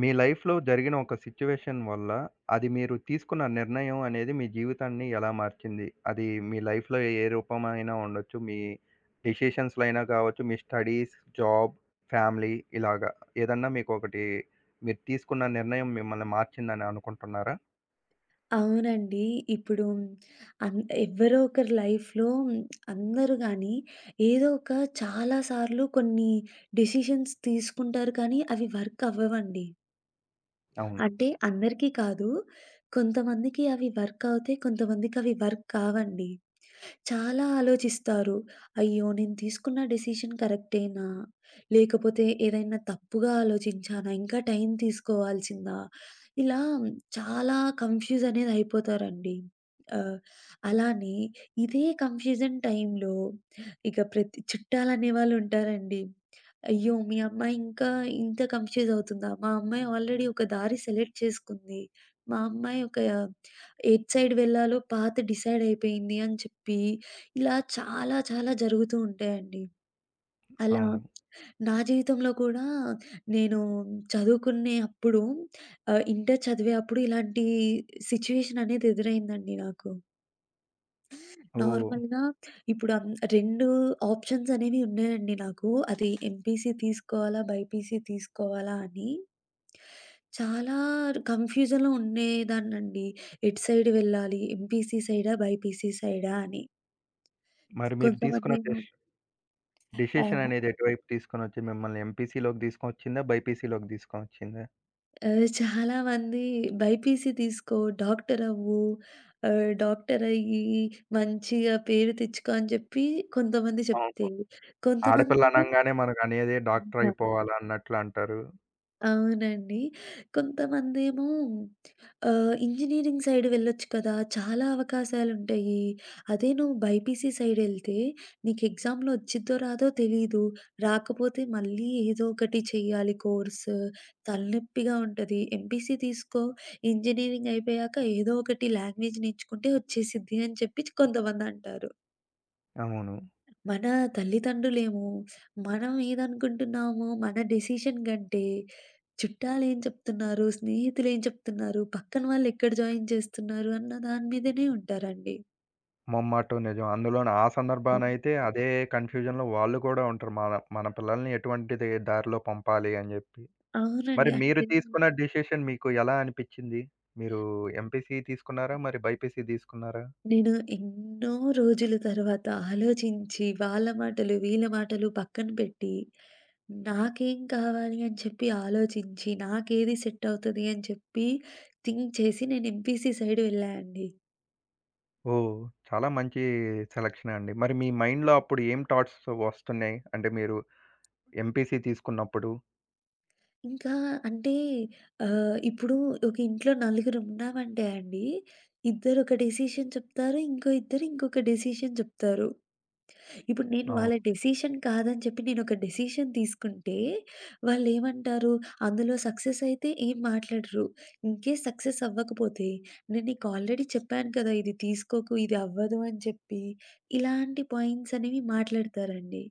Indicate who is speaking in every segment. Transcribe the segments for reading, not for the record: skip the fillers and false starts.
Speaker 1: మీ లైఫ్‌లో జరిగిన ఒక సిట్యుయేషన్ వల్ల, అది మీరు తీసుకున్న నిర్ణయం అనేది మీ జీవితాన్ని ఎలా మార్చింది? అది మీ లైఫ్‌లో ఏ రూపమైనా ఉండొచ్చు. మీ డెసిషన్స్‌లో అయినా కావచ్చు, మీ స్టడీస్, జాబ్, ఫ్యామిలీ ఇలాగా ఏదన్నా మీకొకటి మీరు తీసుకున్న నిర్ణయం మిమ్మల్ని మార్చిందని అనుకుంటున్నారా?
Speaker 2: అవునండి. ఇప్పుడు అన్ ఎవ్వరో ఒకరి లైఫ్‌లో అందరూ గానీ, ఏదో ఒక చాలా సార్లు కొన్ని డెసిషన్స్ తీసుకుంటారు కానీ, అవి వర్క్ అవ్వవండి.
Speaker 1: అవును.
Speaker 2: అంటే అందరికీ కాదు. కొంతమందికి అవి వర్క్ అవుతాయి. కొంతమందికి అవి వర్క్ కావండి. చాలా ఆలోచిస్తారు. అయ్యో! నేను తీసుకున్న డెసిషన్ కరెక్టేనా? లేకపోతే ఏదైనా తప్పుగా ఆలోచించానా? ఇంకా టైం తీసుకోవాల్సిందా? ఇలా చాలా కన్‌ఫ్యూజ్ అనేది అయిపోతారండి. ఆహ్, అలానే ఇదే కన్‌ఫ్యూజన్ టైంలో ఇక ప్రతి చుట్టాలనే వాళ్ళుంటారండి. అయ్యో! మీ అమ్మాయి ఇంకా ఇంత కన్‌ఫ్యూజ్ అవుతుందా? మా అమ్మాయి ఆల్రెడీ ఒక దారి సెలెక్ట్ చేసుకుంది. మా అమ్మాయి ఒక ఎటు సైడ్ వెళ్ళాలో పాత్ డిసైడ్ అయిపోయింది అని చెప్పి, ఇలా చాలా చాలా జరుగుతూ ఉంటాయండి. అలా
Speaker 1: అవును.
Speaker 2: నా జీవితంలో కూడా నేను చదువుకునే అప్పుడు ఇంటర్ చదివే అప్పుడు ఇలాంటి సిట్యుయేషన్ అనేది ఎదురైందండి నాకు.
Speaker 1: ఓహ్!
Speaker 2: నార్మల్‌గా ఇప్పుడు 2 ఆప్షన్స్ అనేవి ఉన్నాయండి నాకు. అది ఎంపీసీ తీసుకోవాలా? బైపీసీ తీసుకోవాలా? అని. చాలా కన్‌ఫ్యూజన్‌లో ఉండేదాన్నండి. ఎటు సైడ్ వెళ్ళాలి? ఎంపీసీ సైడా? బైపీసీ సైడా? అని.
Speaker 1: మరి మీరు తీసుకున్న
Speaker 2: కొంతమందేమో
Speaker 1: డెసిషన్
Speaker 2: ఆహ్,
Speaker 1: అనేది ఎటువైపు తీసుకొనొచ్చింది? మిమ్మల్ని ఎంపీసీలోకి తీసుకొనొచ్చిందా? బైపీసీలోకి తీసుకొనొచ్చిందా?
Speaker 2: చాలామంది బైపీసీ తీసుకో, డాక్టర్ అవ్వు, డాక్టర్ అయ్యి మంచిగా పేరు తెచ్చుకో అని చెప్పి కొంతమంది
Speaker 1: అవును.
Speaker 2: చెప్తే,
Speaker 1: ఆడపిల్ల
Speaker 2: కొంతమందేమో
Speaker 1: అనంగానే మనకనేదే డాక్టర్ అయిపోవాలి అన్నట్లు అంటారు.
Speaker 2: అవునండి. కొంతమందేమో ఇంజినీరింగ్ సైడ్ వెళ్ళొచ్చు కదా! చాలా అవకాశాలుంటాయి. అదే నువ్వు బైపీసీ సైడెళ్తే నీకు ఎగ్జామ్‌లో వచ్చిద్దో రాదో తెలీదు. రాకపోతే మళ్ళీ ఏదో ఒకటి చెయ్యాలి కోర్స్. తలనొప్పిగా ఉంటది. ఎంపీసీ తీసుకో ఇంజినీరింగ్ అయిపోయాక ఏదో ఒకటి లాంగ్వేజ్ నేర్చుకుంటే వచ్చేసిద్ది అని చెప్పి కొంతమందంటారు.
Speaker 1: అవును.
Speaker 2: మన తల్లిదండ్రులేమో మనం ఏదనుకుంటున్నామో మన డెసిషన్ కంటే చుట్టాలేం చెప్తున్నారు, స్నేహితులేం చెప్తున్నారు, పక్కన వాళ్ళెక్కడ జాయిన్ చేస్తున్నారు అన్న దాని మీదనే ఉంటారండి.
Speaker 1: మొమ్మాటం నిజం. అందులోను ఆ
Speaker 2: హ్మ్.
Speaker 1: సందర్భానయితే అదే కన్‌ఫ్యూజన్‌లో వాళ్ళు కూడా ఉంటారు. మన మన పిల్లల్ని ఎటువంటిది దారిలో పంపాలి అని జెప్పి.
Speaker 2: అవునండి.
Speaker 1: మరి మీరు
Speaker 2: అంటే
Speaker 1: తీసుకున్న డెసిషన్ మీకు ఎలా అనిపిచ్చింది? మీరు ఎంపీసీ తీసుకున్నారా? మరి బైపీసీ తీసుకున్నారా?
Speaker 2: నేను ఎన్నో రోజుల తర్వాత ఆలోచించి వాళ్ళ మాటలు, వీళ్ళ మాటలు పక్కన పెట్టి, నాకేం కావాలి అని చెప్పి ఆలోచించి, నాకేది సెట్ అవుతది అని చెప్పి థింక్ చేసి నేను ఎంపీసీ సైడ్ వెళ్ళా అండి.
Speaker 1: ఓహ్! చాలా మంచి సెలక్షనే అండి. మరి మీ మైండ్‌లో అప్పుడు ఏం థాట్స్ వస్తున్నాయి? అంటే మీరు ఎంపీసీ తీసుకున్నప్పుడు?
Speaker 2: ఇంకా అంటే ఇప్పుడు ఒక ఇంట్లో నలుగురున్నామంటే అండి, ఇద్దరు ఒక డెసిషన్ చెప్తారు. ఇంకో ఇద్దరు ఇంకొక డెసిషన్ చెప్తారు. ఇప్పుడు నేను
Speaker 1: అవును.
Speaker 2: వాళ్ళ డెసిషన్ కాదని చెప్పి నేనొక డెసిషన్ తీసుకుంటే, వాళ్ళేమంటారు, అందులో సక్సెస్ అయితే ఏం మాట్లాడరు. ఇన్‌కేస్ సక్సెస్ అవ్వకపోతే, "నేను నీకు ఆల్రెడీ చెప్పాను కదా! ఇది తీసుకోకు, ఇది అవ్వదు" అని చెప్పి, ఇలాంటి పాయింట్స్ అనేవి మాట్లాడతారండి.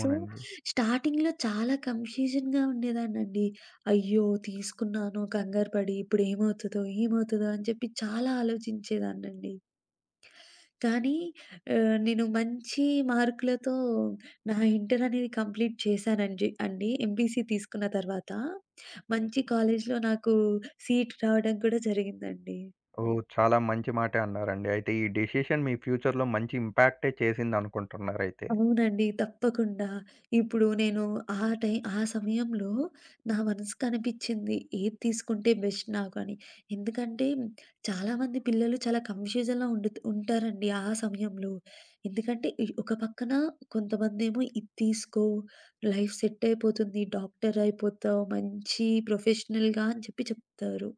Speaker 2: సో, స్టార్టింగ్‌లో చాలా కన్‌ఫ్యూజన్‌గా ఉండేదాన్నండి. అయ్యో! తీసుకున్నాను కంగారు పడి ఇప్పుడేమవుతదో, ఏమవుతదో ఏమవుతదో అని చెప్పి చాలా ఆలోచించేదాన్నండి. కానీ నేను మంచి మార్కులతో నా ఇంటర్ అనేది కంప్లీట్ చేశానండి అండి. ఎంపీసీ తీసుకున్న తర్వాత మంచి కాలేజ్‌లో నాకు సీట్ రావడం కూడా జరిగిందండి.
Speaker 1: ఓహ్! చాలా మంచి మాటే అన్నారండి. అయితే ఈ డెసిషన్ మీ ఫ్యూచర్‌లో మంచి ఇంపాక్టే చేసిందనుకుంటున్నారైతే.
Speaker 2: అవునండి. తప్పకుండా. ఇప్పుడు నేను ఆ సమయంలో నా మనసుకనిపిచ్చింది ఏది తీసుకుంటే బెస్ట్ నాకు అని. ఎందుకంటే చాలామంది పిల్లలు చాలా కన్‌ఫ్యూజన్‌లో ఉంటారండి ఆ సమయంలో. ఎందుకంటే ఈ ఒక పక్కన కొంతమందేమో ఇది తీసుకో లైఫ్ సెట్ అయిపోతుంది. డాక్టర్ అయిపోతావు. మంచి ప్రొఫెషనల్‌గా అని చెప్పి చెప్తారు.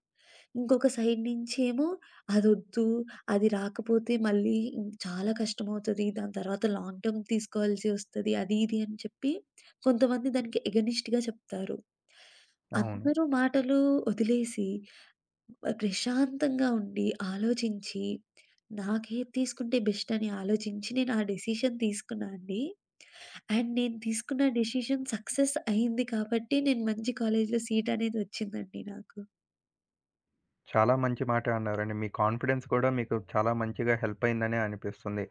Speaker 2: ఇంకొక సైడ్ నుంచి ఏమో అదొద్దు, అది రాకపోతే మళ్ళీ చాలా కష్టమవుతది. దాని తర్వాత లాంగ్ టర్మ్ తీసుకోవాల్సి వస్తది. అది ఇది అని చెప్పి కొంతమంది దానికి ఎగనిస్ట్‌గా చెప్తారు.
Speaker 1: అవును.
Speaker 2: అందరూ మాటలు వదిలేసి ప్రశాంతంగా ఉండి, ఆలోచించి నాకేది తీసుకుంటే బెస్ట్ అని ఆలోచించి నేను ఆ డెసిషన్ తీసుకున్నా అండి. అండ్ నేను తీసుకున్న డెసిషన్ సక్సెస్ అయింది కాబట్టి నేను మంచి కాలేజ్‌లో సీట్ అనేది వచ్చిందండి నాకు.
Speaker 1: చాలా మంచి మాటే అన్నారండి. మీ కాన్ఫిడెన్స్ కూడా మీకు చాలా మంచిగా హెల్ప్ అయిందనే అనిపిస్తుంది.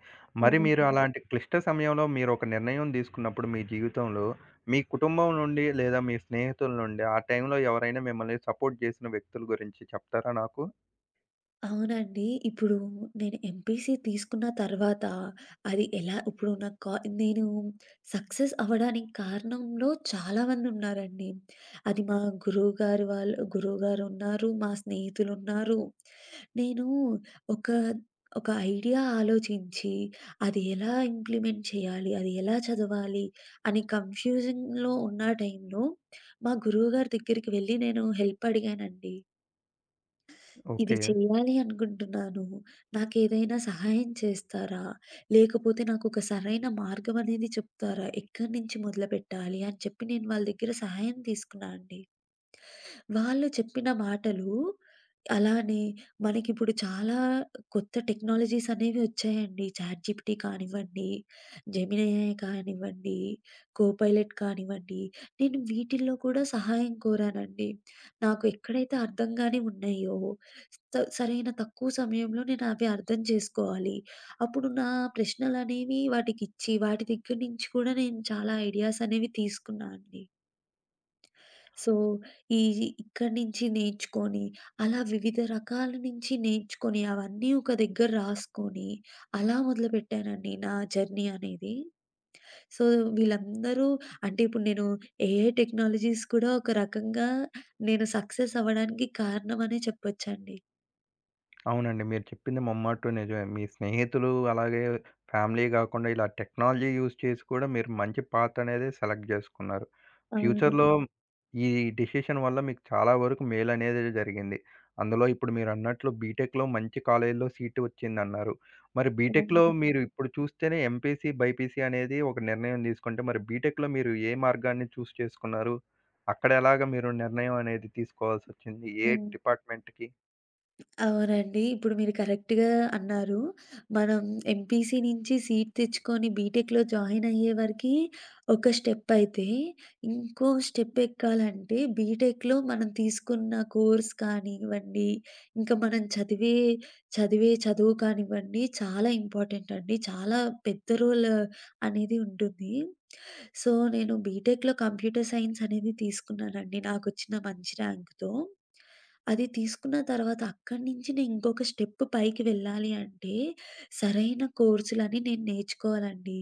Speaker 1: మరి మీరు
Speaker 2: అవును.
Speaker 1: అలాంటి క్లిష్ట సమయంలో మీరొక నిర్ణయం తీసుకున్నప్పుడు మీ జీవితంలో, మీ కుటుంబం నుండి లేదా మీ స్నేహితుల నుండి ఆ టైంలో ఎవరైనా మిమ్మల్ని సపోర్ట్ చేసిన వ్యక్తుల గురించి చెప్తారా నాకు?
Speaker 2: అవునండి. ఇప్పుడు నేను ఎంపీసీ తీసుకున్న తర్వాత అది ఎలా ఇప్పుడు నాకు కా నేను సక్సెస్ అవ్వడానికి కారణంలో చాలామందున్నారండి. అది మా గురువుగారున్నారు, మా స్నేహితులున్నారు. నేను ఒక ఒక ఐడియా ఆలోచించి అది ఎలా ఇంప్లిమెంట్ చేయాలి? అది ఎలా చదవాలి? అని కన్‌ఫ్యూజింగ్‌లో ఉన్న టైంలో మా గురువుగారి దగ్గరికి వెళ్లి నేను హెల్ప్ అడిగానండి. ఇది
Speaker 1: ఓకే.
Speaker 2: చేయాలి అనుకుంటున్నాను. నాకేదైనా సహాయం చేస్తారా? లేకపోతే నాకొక సరైన మార్గం అనేది చెప్తారా? ఎక్కడి నుంచి మొదలుపెట్టాలి అని చెప్పి నేను వాళ్ళ దగ్గర సహాయం తీసుకున్నా అండి. వాళ్ళు చెప్పిన మాటలు అలానే మనకిప్పుడు చాలా కొత్త టెక్నాలజీస్ అనేవి వచ్చాయండి. చాట్‌జిపిటీ కానివ్వండి, జెమినీ ఏఐ కానివ్వండి, కోపైలట్ కానివ్వండి. నేను వీటిల్లో కూడా సహాయం కోరానండి. నాకు ఎక్కడైతే అర్థం కానివి ఉన్నాయో సరైన తక్కువ సమయంలో నేను అవి అర్థం చేసుకోవాలి. అప్పుడు నా ప్రశ్నలనేవి వాటికిచ్చి వాటి దగ్గర నుంచి కూడా నేను చాలా ఐడియాస్ అనేవి తీసుకున్నా అండి. సో, ఈ ఇక్కడి నుంచి నేర్చుకొని, అలా వివిధ రకాల నుంచి నేర్చుకొని, అవన్నీ ఒక దగ్గర రాసుకొని, అలా మొదలుపెట్టానండి నా జర్నీ అనేది. సో, వీళ్ళందరూ అంటే ఇప్పుడు నేను ఏఐ టెక్నాలజీస్ కూడా ఒక రకంగా నేను సక్సెస్ అవ్వడానికి కారణమనే చెప్పొచ్చండి.
Speaker 1: అవునండి. మీరు చెప్పింది ముమ్మాటూ నిజమే. మీ స్నేహితులు అలాగే ఫ్యామిలీ గాకుండా ఇలా టెక్నాలజీ యూజ్ చేసి కూడా మీరు మంచి పాత్ అనేది సెలెక్ట్ జేసుకున్నారు.
Speaker 2: అవును.
Speaker 1: ఫ్యూచర్‌లో అవును. ఈ డెసిషన్ వల్ల మీకు చాలా వరకు మేలనేదే జరిగింది. అందులో ఇప్పుడు మీరన్నట్లు బీటెక్‌లో మంచి కాలేజ్‌లో సీటు వచ్చిందన్నారు. మరి బీటెక్‌లో
Speaker 2: అవును.
Speaker 1: మీరు ఇప్పుడు చూస్తేనే ఎంపీసీ, బైపీసీ అనేది ఒక నిర్ణయం తీసుకుంటే మరి బీటెక్‌లో మీరు ఏ మార్గాన్ని చేసుకున్నారు? అక్కడ ఎలాగా మీరు నిర్ణయం అనేది తీసుకోవాల్సొచ్చింది? ఏ
Speaker 2: హ్మ్.
Speaker 1: డిపార్ట్‌మెంట్‌కి?
Speaker 2: అవునండి. ఇప్పుడు మీరు కరెక్ట్‌గా అన్నారు. మనం ఎంపీసీ నుంచి సీట్ తెచ్చుకొని బీటెక్‌లో జాయిన్ అయ్యే వరకి ఒక స్టెప్ అయితే, ఇంకో స్టెప్ ఎక్కాలంటే బీటెక్‌లో మనం తీసుకున్న కోర్స్ కానివ్వండి, ఇంకా మనం చదివే చదివే చదువు కానివ్వండి చాలా ఇంపార్టెంట్ అండి. చాలా పెద్ద రోల్ అనేది ఉంటుంది. సో, నేను బీటెక్‌లో కంప్యూటర్ సైన్స్ అనేది తీసుకున్నానండి నాకొచ్చిన మంచి ర్యాంక్‌తో. అది తీసుకున్న తర్వాత అక్కడి నుంచి నేను ఇంకొక స్టెప్ పైకి వెళ్ళాలి అంటే, సరైన కోర్సులని నేను నేర్చుకోవాలండి.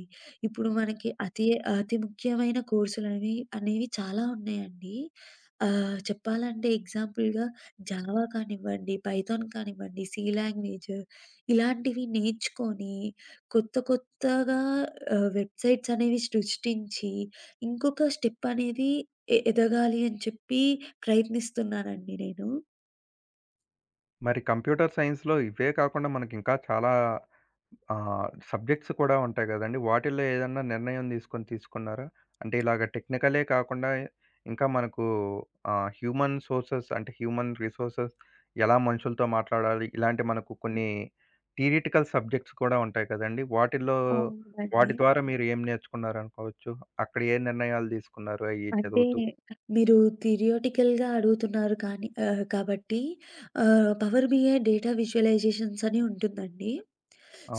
Speaker 2: ఇప్పుడు మనకి అతి అతి ముఖ్యమైన కోర్సులనేవి అనేవి అనేవి చాలా ఉన్నాయండి. చెప్పాలంటే ఎగ్జాంపుల్‌గా జావా కానివ్వండి, పైథాన్ కానివ్వండి, సి లాంగ్వేజ్ ఇలాంటివి నేర్చుకొని కొత్త కొత్తగా వెబ్‌సైట్స్ అనేవి సృష్టించి, ఇంకొక స్టెప్ అనేది ఎదగాలి అని చెప్పి ప్రయత్నిస్తున్నానండి నేను.
Speaker 1: మరి కంప్యూటర్ సైన్స్‌లో ఇవే కాకుండా మనకింకా చాలా సబ్జెక్ట్స్ కూడా ఉంటాయి గదండీ! వాటిల్లో ఏదన్నా నిర్ణయం తీసుకున్నారా? అంటే ఇలాగ టెక్నికలే కాకుండా ఇంకా మనకు హ్యూమన్ సోర్సెస్ అంటే హ్యూమన్ రిసోర్సెస్ ఎలా మనుషులతో మాట్లాడాలి? ఇలాంటి మనకు
Speaker 2: హ్మ్.
Speaker 1: కొన్ని థియరిటికల్ సబ్జెక్ట్స్ కూడా ఉంటాయి కదండీ! వాటిల్లో
Speaker 2: అవునండి.
Speaker 1: వాటి ద్వారా మీరు ఏం నేర్చుకున్నారనుకోవచ్చు? అక్కడ ఏ నిర్ణయాలు తీసుకున్నారు అయి
Speaker 2: అంటే
Speaker 1: చదువుతూ?
Speaker 2: మీరు థియరిటికల్‌గా అడుగుతున్నారు కానీ కాబట్టి పవర్ బిఐ డేటా విజువలైజేషన్స్ అని ఉంటుందండి.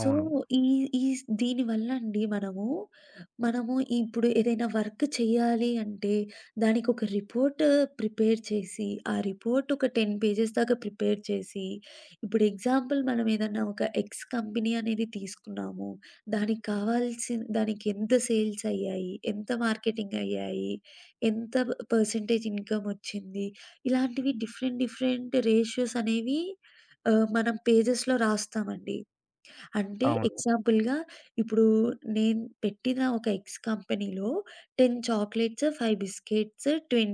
Speaker 2: సో, ఈ ఈ స్ దీనివల్ల అండి మనము ఇప్పుడు ఏదైనా వర్క్ చేయాలి అంటే, దానికొక రిపోర్ట్ ప్రిపేర్ చేసి, ఆ రిపోర్ట్ ఒక 10 పేజెస్ దాకా ప్రిపేర్ చేసి, ఇప్పుడు ఎగ్జాంపుల్ మనం ఏదన్నా ఒక ఎక్స్ కంపెనీ అనేది తీసుకున్నాము. దానికి కావాల్సిన దానికి ఎంత సేల్స్ అయ్యాయి? ఎంత మార్కెటింగ్ అయ్యాయి? ఎంత పర్సెంటేజ్ ఇన్‌కమ్ వచ్చింది? ఇలాంటివి డిఫరెంట్ రేషియోస్ అనేవి మనం పేజెస్‌లో రాస్తామండి. అంటే
Speaker 1: అవును.
Speaker 2: ఎగ్జాంపుల్‌గా ఇప్పుడు నేను పెట్టిన ఒక ఎగ్స్ కంపెనీలో 10 చాక్లెట్స్, 5 బిస్కెట్స్, 20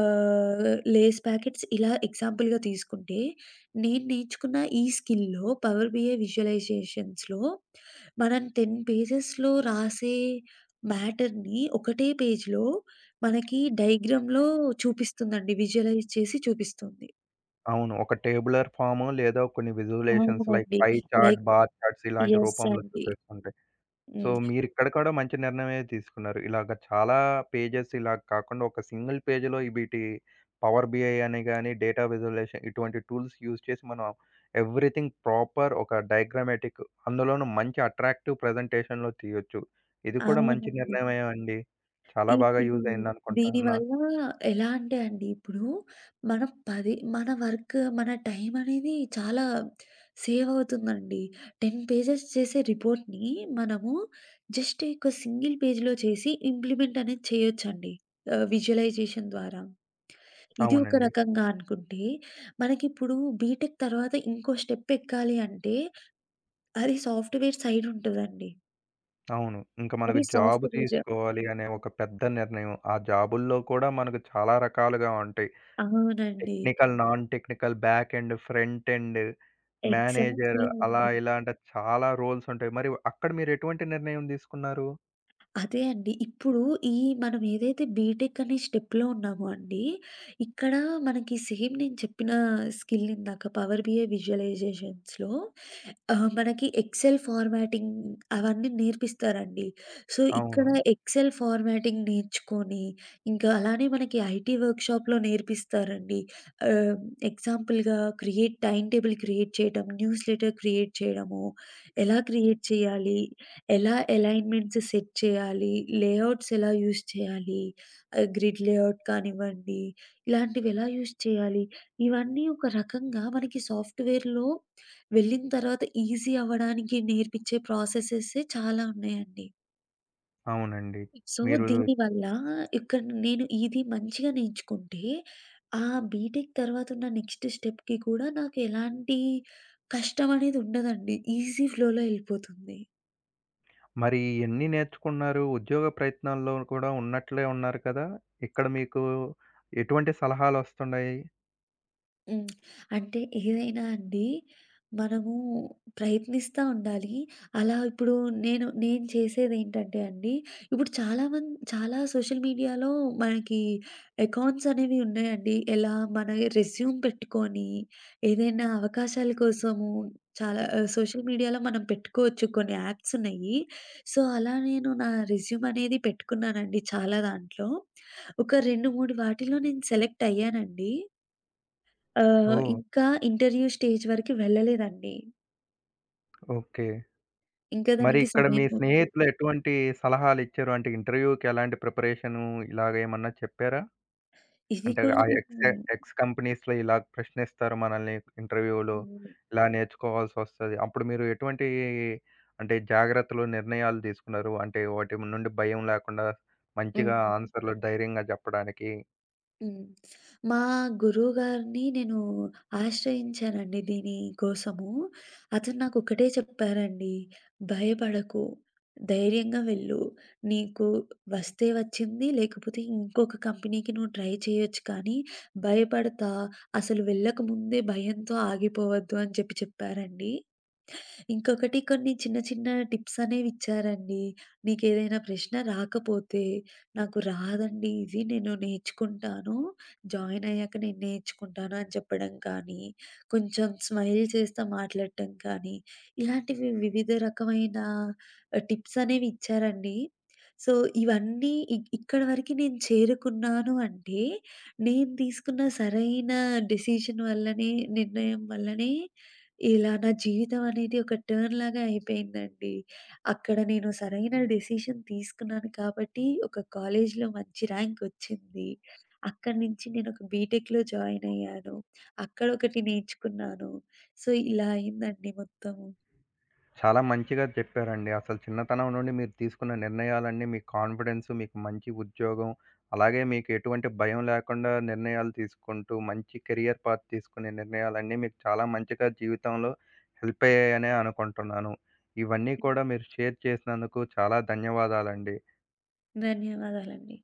Speaker 2: ఆహ్, లేస్ ప్యాకెట్స్ ఇలా ఎగ్జాంపుల్‌గా తీసుకుంటే, నేను నేర్చుకున్న ఈ స్కిల్‌లో పవర్ బిఐ విజువలైజేషన్స్‌లో మనం 10 పేజెస్‌లో రాసే మ్యాటర్‌ని ఒకటే పేజ్‌లో మనకి డయాగ్రామ్‌లో చూపిస్తుందండి. విజువలైజ్ చేసి చూపిస్తుంది.
Speaker 1: అవును. ఒక టేబులర్ ఫాము లేదా కొన్ని విజువలైజేషన్స్ లైక్
Speaker 2: అవునండి.
Speaker 1: Pie chart,
Speaker 2: like
Speaker 1: bar charts ఇలాంటి
Speaker 2: యెస్
Speaker 1: రూపంలో
Speaker 2: అండి.
Speaker 1: చూపిస్తుంటాయి. సో,
Speaker 2: హ్మ్.
Speaker 1: మీరిక్కడ కూడా మంచి నిర్ణయమే తీసుకున్నారు. ఇలాగ చాలా పేజెస్ ఇలా కాకుండా ఒక సింగిల్ పేజ్‌లో వీటి పవర్ బిఐ అని గాని, డేటా విజువలైజేషన్ ఇటువంటి టూల్స్ యూజ్ చేసి మనం ఎవ్రీథింగ్ ప్రాపర్ ఒక డయాగ్రమాటిక్ అందులోనూ మంచి అట్రాక్టివ్ ప్రజెంటేషన్‌లో తీయొచ్చు. ఇది కూడా మంచి
Speaker 2: అవునండి.
Speaker 1: నిర్ణయమే అండి. చాలా
Speaker 2: ఇ
Speaker 1: బాగా
Speaker 2: ఇది
Speaker 1: యూజ్ అయిందనుకుంటున్నా.
Speaker 2: దీనివల్ల ఎలా అంటే అండి, ఇప్పుడు మనం మన వర్క్, మన టైం అనేది చాలా సేవ్ అవుతుందండి. 10 పేజెస్ చేసే రిపోర్ట్‌ని మనము జస్ట్ ఒక సింగిల్ పేజ్‌లో చేసి ఇంప్లిమెంట్ అనేది చేయొచ్చండి. విజువలైజేషన్ ద్వారా. ఇది ఒక
Speaker 1: అవునండి.
Speaker 2: రకంగా అనుకుంటే, మనకిప్పుడు బీటెక్ తర్వాత ఇంకో స్టెప్ ఎక్కాలి అంటే, అది సాఫ్ట్‌వేర్ సైడ్ ఉంటదండి.
Speaker 1: అవును. ఇంక
Speaker 2: అది
Speaker 1: మనకు జాబ్
Speaker 2: సాఫ్ట్‌వేర్.
Speaker 1: తీసుకోవాలి అనే ఒక పెద్ద నిర్ణయం. ఆ జాబుల్లో కూడా మనకు చాలా రకాలుగా ఉంటాయి.
Speaker 2: అవునండి.
Speaker 1: Technical, non technical, back end, front end, manager
Speaker 2: exactly
Speaker 1: అలా
Speaker 2: అండి.
Speaker 1: ఇలా అంటే చాలా రోల్స్ ఉంటాయి. మరి అక్కడ మీరు ఎటువంటి నిర్ణయం తీసుకున్నారు?
Speaker 2: అదే అండి. ఇప్పుడు ఈ మనం ఏదైతే బీటెక్ అనే స్టెప్‌లో ఉన్నామో అండి, ఇక్కడ మనకి సేమ్ నేను చెప్పిన స్కిల్ ఇందాక పవర్ బిఐ విజువలైజేషన్స్‌లో మనకి ఎక్సెల్ ఫార్మాటింగ్ అవన్నీ నేర్పిస్తారండి. సో, ఇక్కడ
Speaker 1: అవును.
Speaker 2: ఎక్సెల్ ఫార్మాటింగ్ నేర్చుకొని, ఇంకా అలానే మనకి ఐటీ వర్క్‌షాప్‌లో నేర్పిస్తారండి. ఆహ్, ఎగ్జాంపుల్‌గా టైమ్ టేబుల్ క్రియేట్ చేయడం, న్యూస్ లెటర్ క్రియేట్ చేయడము, ఎలా క్రియేట్ చేయాలి? ఎలా ఎలైన్‌మెంట్స్ సెట్ చేయాలి? లేఔట్స్ ఎలా యూజ్ చేయాలి? గ్రిడ్ లేఔట్ కానివ్వండి, ఇలాంటివి ఎలా యూజ్ చేయాలి? ఇవన్నీ ఒక రకంగా మనకి సాఫ్ట్‌వేర్‌లో వెళ్ళిన తర్వాత ఈజీ అవ్వడానికి నేర్పించే ప్రాసెసె‌సే చాలా ఉన్నాయండి.
Speaker 1: అవునండి.
Speaker 2: సో,
Speaker 1: మీరు
Speaker 2: దీనివల్ల ఇక్కడ నేను ఇది మంచిగా నేర్చుకుంటే, ఆ బీటెక్ తర్వాత ఉన్న నెక్స్ట్ స్టెప్‌కి కూడా నాకు ఎలాంటి కష్టం అనేది ఉండదండి. ఈజీ ఫ్లోలో ఎళ్ళిపోతుంది.
Speaker 1: మరి ఎన్ని నేర్చుకున్నారు? ఉద్యోగ ప్రయత్నాల్లో కూడా ఉన్నట్లే ఉన్నారు కదా! ఇక్కడ మీకు ఎటువంటి సలహాలొస్తున్నాయి?
Speaker 2: హ్మ్. అంటే ఏదైనా అండి, మనము ప్రయత్నిస్తా ఉండాలి. అలా ఇప్పుడు నేను నేను చేసేదేంటంటే అండి, ఇప్పుడు చాలా మంది చాలా సోషల్ మీడియాలో మనకి అకౌంట్స్ అనేవి ఉన్నాయండి. ఎలా మన రెస్యూమ్ పెట్టుకొని, ఏదైనా అవకాశాల కోసము చాలా సోషల్ మీడియాలో మనం పెట్టుకోవచ్చు. కొన్ని యాప్స్ ఉన్నాయి. సో, అలా నేను నా రెస్యూమ్ అనేది పెట్టుకున్నానండి చాలా దాంట్లో. ఒక 2, 3 వాటిలో నేను సెలెక్ట్ అయ్యానండి.
Speaker 1: ఓహ్!
Speaker 2: ఇంకా ఇంటర్వ్యూ స్టేజ్ వరకు వెళ్ళలేదండి.
Speaker 1: ఓకే.
Speaker 2: ఇంకా
Speaker 1: మరి
Speaker 2: దానికి
Speaker 1: ఇక్కడ మీ
Speaker 2: సమయం ఉంది.
Speaker 1: స్నేహితులు ఎటువంటి సలహాలిచ్చారు? అంటే ఇంటర్వ్యూకి ఎలాంటి ప్రిపరేషను ఇలాగ ఏమన్నా చెప్పారా?
Speaker 2: ఇది
Speaker 1: అంటే
Speaker 2: కూడా
Speaker 1: ఆ
Speaker 2: నేను
Speaker 1: ఎక్స్ ఎక్స్ కంపెనీస్‌లో ఇలా ప్రశ్నిస్తారు మనల్ని ఇంటర్వ్యూలో.
Speaker 2: హ్మ్.
Speaker 1: ఇలా నేర్చుకోవాల్సొస్తది. అప్పుడు మీరు ఎటువంటి అంటే జాగ్రత్తలు, నిర్ణయాలు తీసుకున్నారు? అంటే వాటి నుండి భయం లేకుండా మంచిగా
Speaker 2: హ్మ్.
Speaker 1: ఆన్సర్‌లు ధైర్యంగా చెప్పడానికి.
Speaker 2: హ్మ్. మా గురువు గారిని నేను ఆశ్రయించానండి దీని కోసము. అతను నాకొక్కటే చెప్పారండి. "భయపడకు, ధైర్యంగా వెళ్ళు. నీకు వస్తే వచ్చింది, లేకపోతే ఇంకొక కంపెనీకి నువ్వు ట్రై చేయొచ్చు. కానీ భయపడతా, అసలు వెళ్ళకముందే భయంతో ఆగిపోవద్దు" అని చెప్పి చెప్పారండి. ఇంకొకటి కొన్ని చిన్న చిన్న టిప్స్ అనేవిచ్చారండి. "నీకేదైనా ప్రశ్న రాకపోతే నాకు రాదండి ఇది. నేను నేర్చుకుంటాను. జాయిన్ అయ్యాక నేను నేర్చుకుంటాను" అని చెప్పడం కానీ, కొంచెం స్మైల్ చేస్తా మాట్లాడటం కానీ, ఇలాంటివి వివిధ రకమైన ఆహ్, టిప్స్ అనేవి ఇచ్చారండి. సో, ఇవన్నీ ఇక్కడి వరకి నేను చేరుకున్నాను అంటే, నేను తీసుకున్న సరైన డెసిషన్ వల్లనే నిర్ణయం వల్లనే ఇలా నా జీవితం అనేది ఒక టర్న్ లాగా అయిపోయిందండి. అక్కడ నేను సరైన డెసిషన్ తీసుకున్నాను కాబట్టి, ఒక కాలేజ్‌లో మంచి ర్యాంక్ వచ్చింది. అక్కడి నుంచి నేనొక బీటెక్‌లో జాయిన్ అయ్యాను. అక్కడొకటి నేర్చుకున్నాను. సో, ఇలా అయిందండి మొత్తము.
Speaker 1: చాలా మంచిగా చెప్పారండి. అసలు చిన్నతనం నుండి మీరు తీసుకున్న నిర్ణయాలన్నీ మీ కాన్ఫిడెన్స్, మీకు మంచి ఉద్యోగం, అలాగే మీకు ఎటువంటి భయం లేకుండా నిర్ణయాలు తీసుకుంటూ, మంచి కెరియర్ పాత్ తీసుకునే నిర్ణయాలన్నీ మీకు చాలా మంచిగా జీవితంలో హెల్ప్ అయ్యాయనే అనుకుంటున్నాను. ఇవన్నీ కూడా మీరు షేర్ చేసినందుకు చాలా ధన్యవాదాలండి.
Speaker 2: ధన్యవాదాలండి.